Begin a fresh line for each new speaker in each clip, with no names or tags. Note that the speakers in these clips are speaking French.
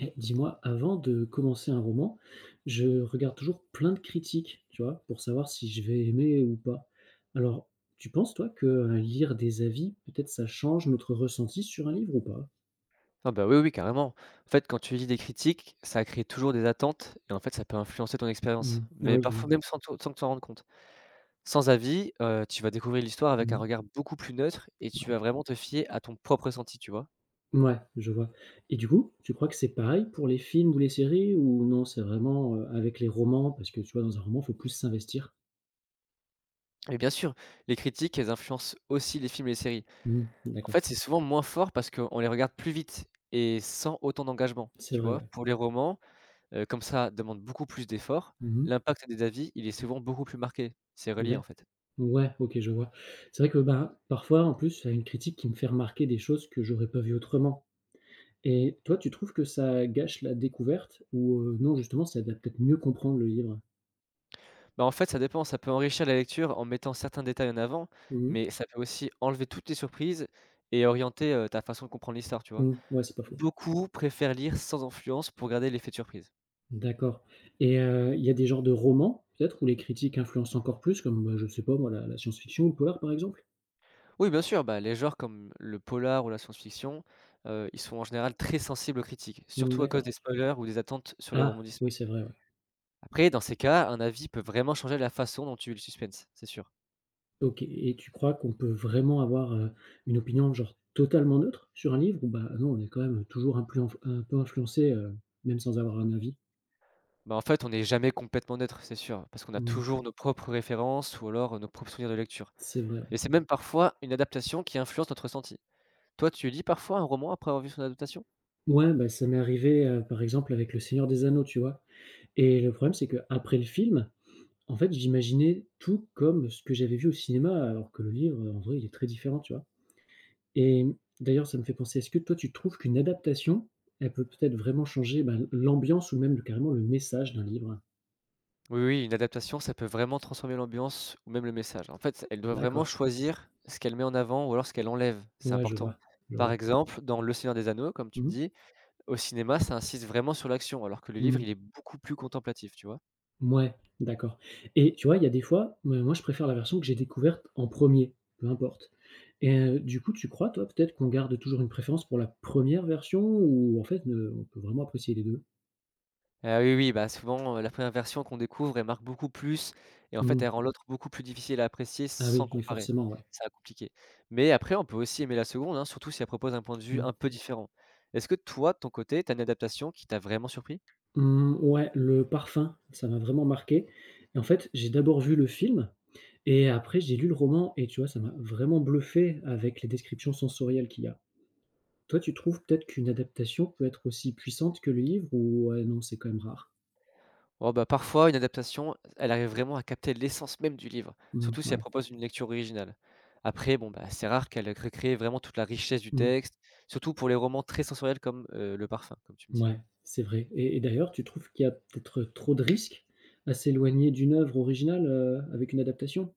Eh, dis-moi, avant de commencer un roman, je regarde toujours plein de critiques, tu vois, pour savoir si je vais aimer ou pas. Alors, tu penses, toi, que lire des avis, peut-être ça change notre ressenti sur un livre ou pas?
Ah bah, oui, oui, carrément. En fait, quand tu lis des critiques, ça crée toujours des attentes et en fait, ça peut influencer ton expérience.
Mhm. Ah
Mais
oui, je vois.
parfois même sans que tu t'en rendes compte. Sans avis, tu vas découvrir l'histoire avec un
Mhm.
regard beaucoup plus neutre et tu vas
Ouais.
vraiment te fier à ton propre ressenti, tu vois?
Ouais, je vois. Et du coup, tu crois que c'est pareil pour les films ou les séries ou non, c'est vraiment avec les romans, parce que tu vois, dans un roman, il faut plus s'investir.
Et bien sûr, les critiques, elles influencent aussi les films et les séries.
Mhm.
En
D'accord.
fait, c'est souvent moins fort parce qu'on les regarde plus vite et sans autant d'engagement,
C'est
tu
vrai,
vois?
ouais.
Pour les romans, comme ça demande beaucoup plus d'efforts,
Mhm.
l'impact des avis, il est souvent beaucoup plus marqué. C'est relié, en
D'accord.
fait.
Ouais, OK, je vois. C'est vrai que, ben, parfois, en plus, il y a une critique qui me fait remarquer des choses que j'aurais pas vues autrement, et toi, tu trouves que ça gâche la découverte ou, non, justement, ça aide peut-être mieux comprendre le livre?
Bah, en fait, ça dépend, ça peut enrichir la lecture en mettant certains détails en avant,
Mmh mh.
mais ça peut aussi enlever toutes les surprises et orienter, ta façon de comprendre l'histoire, tu vois?
Mmh, ouais, c'est pas faux.
Beaucoup préfèrent lire sans influence pour garder l'effet de surprise.
D'accord. Et il y a des genres de romans, peut-être, où les critiques influencent encore plus comme, bah, je sais pas moi, la science-fiction ou le polar, par exemple?
Oui, bien sûr, bah, les genres comme le polar ou la science-fiction, ils sont en général très sensibles aux critiques,
Mmh,
surtout à cause
d'accord.
des spoilers ou des attentes sur les
Ah! Oui,
rebondissements.
c'est vrai, ouais.
Après, dans ces cas, un avis peut vraiment changer la façon dont tu vis le suspense, c'est sûr.
OK, et tu crois qu'on peut vraiment avoir, une opinion genre totalement neutre sur un livre ou bah, non, on est quand même toujours influenf un peu influencé, même sans avoir un avis?
Bah, en fait, on n'est jamais complètement neutre, c'est sûr, parce qu'on a
Mmh,
toujours nos propres références ou alors, nos propres souvenirs de lecture.
c'est vrai, ouais.
Et c'est même parfois une adaptation qui influence notre ressenti. Toi, tu lis parfois un roman après avoir vu son adaptation?
Ouais, bah, ça m'est arrivé, par exemple avec Le Seigneur des Anneaux, tu vois? Et le problème, c'est que après le film, en fait, j'imaginais tout comme ce que j'avais vu au cinéma, alors que le livre, en vrai, il est très différent, tu vois? Et mmh, d'ailleurs, ça me fait penser, est-ce que toi, tu trouves qu'une adaptation, elle peut peut-être vraiment changer, ben, l'ambiance ou même carrément le message d'un livre?
Oui, oui, une adaptation, ça peut vraiment transformer l'ambiance ou même le message. En fait, elle doit vraiment
D'accord.
choisir ce qu'elle met en avant ou alors ce qu'elle enlève. C'est
Ouais, je
important.
vois, je
Par
vois.
exemple, dans Le Seigneur des Anneaux, comme tu me
Mmh.
dis, au cinéma, ça insiste vraiment sur l'action, alors que le livre,
Mmh.
il est beaucoup plus contemplatif, tu vois?
Mouais, d'accord. Et tu vois, il y a des fois, me moi, je préfère la version que j'ai découverte en premier, peu importe, et du coup, tu crois, toi, peut-être qu'on garde toujours une préférence pour la première version ou en fait, on peut vraiment apprécier les deux.
Ah oui, oui, bah, souvent, la première version qu'on découvre, elle marque beaucoup plus et en fait, elle
Mmh.
rend l'autre beaucoup plus difficile à apprécier
Ah
sans
oui, oui,
comparer.
forcément, ouais.
Ça compliqué. Mais après, on peut aussi aimer la seconde, hein, surtout si elle propose un point de vue
Mmh.
un peu différent. Est-ce que toi, de ton côté, t'as une adaptation qui t'a vraiment surpris?
Mmh, ouais, le parfum, ça m'a vraiment marqué, et en fait, j'ai d'abord vu le film, et après j'ai lu le roman et tu vois, ça m'a vraiment bluffé avec les descriptions sensorielles qu'il y a. Toi, tu trouves peut-être qu'une adaptation peut être aussi puissante que le livre ou ouais, non, c'est quand même rare?
Oh bah, parfois, une adaptation, elle arrive vraiment à capter l'essence même du livre,
Mmh,
surtout si elle
ouais.
propose une lecture originale. Après, bon, bah, c'est rare qu'elle recrée vraiment toute la richesse du
Mmh,
texte, surtout pour les romans très sensoriels comme Le Parfum, comme tu me dis.
mouais, c'est vrai. Et d'ailleurs, tu trouves qu'il y a peut-être trop de risques à s'éloigner d'une œuvre originale, avec une adaptation?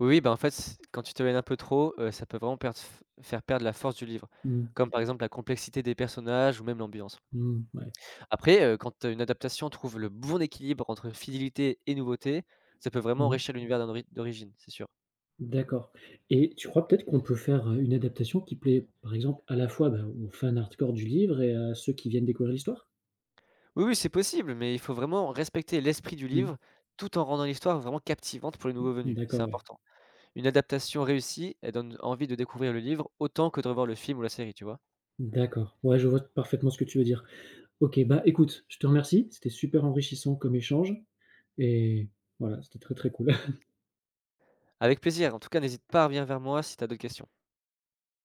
Oui, oui, bah, en fait, quand tu t'éloignes un peu trop, ça peut vraiment faire perdre la force du livre,
Mmh,
comme par exemple la complexité des personnages ou même l'ambiance.
mmh, ouais.
Après, quand une adaptation trouve le bon équilibre entre fidélité et nouveauté, ça peut vraiment
Mmh,
enrichir l'univers d'origine, c'est sûr.
d'accord. Et tu crois peut-être qu'on peut faire, une adaptation qui plaît, par exemple, à la fois, bah, aux fans hardcore du livre et à ceux qui viennent découvrir l'histoire?
Oui, oui, c'est possible, mais il faut vraiment respecter l'esprit du
Mmh,
livre, tout en rendant l'histoire vraiment captivante pour les nouveaux venus. C'est
d'accord, ouais.
important. Une adaptation réussie, elle donne envie de découvrir le livre autant que de revoir le film ou la série, tu vois.
D'accord. Ouais, je vois parfaitement ce que tu veux dire. OK, bah, écoute, je te remercie. C'était super enrichissant comme échange, et voilà, c'était très, très cool.
Avec plaisir, en tout cas, n'hésite pas à revenir vers moi si tu as d'autres questions.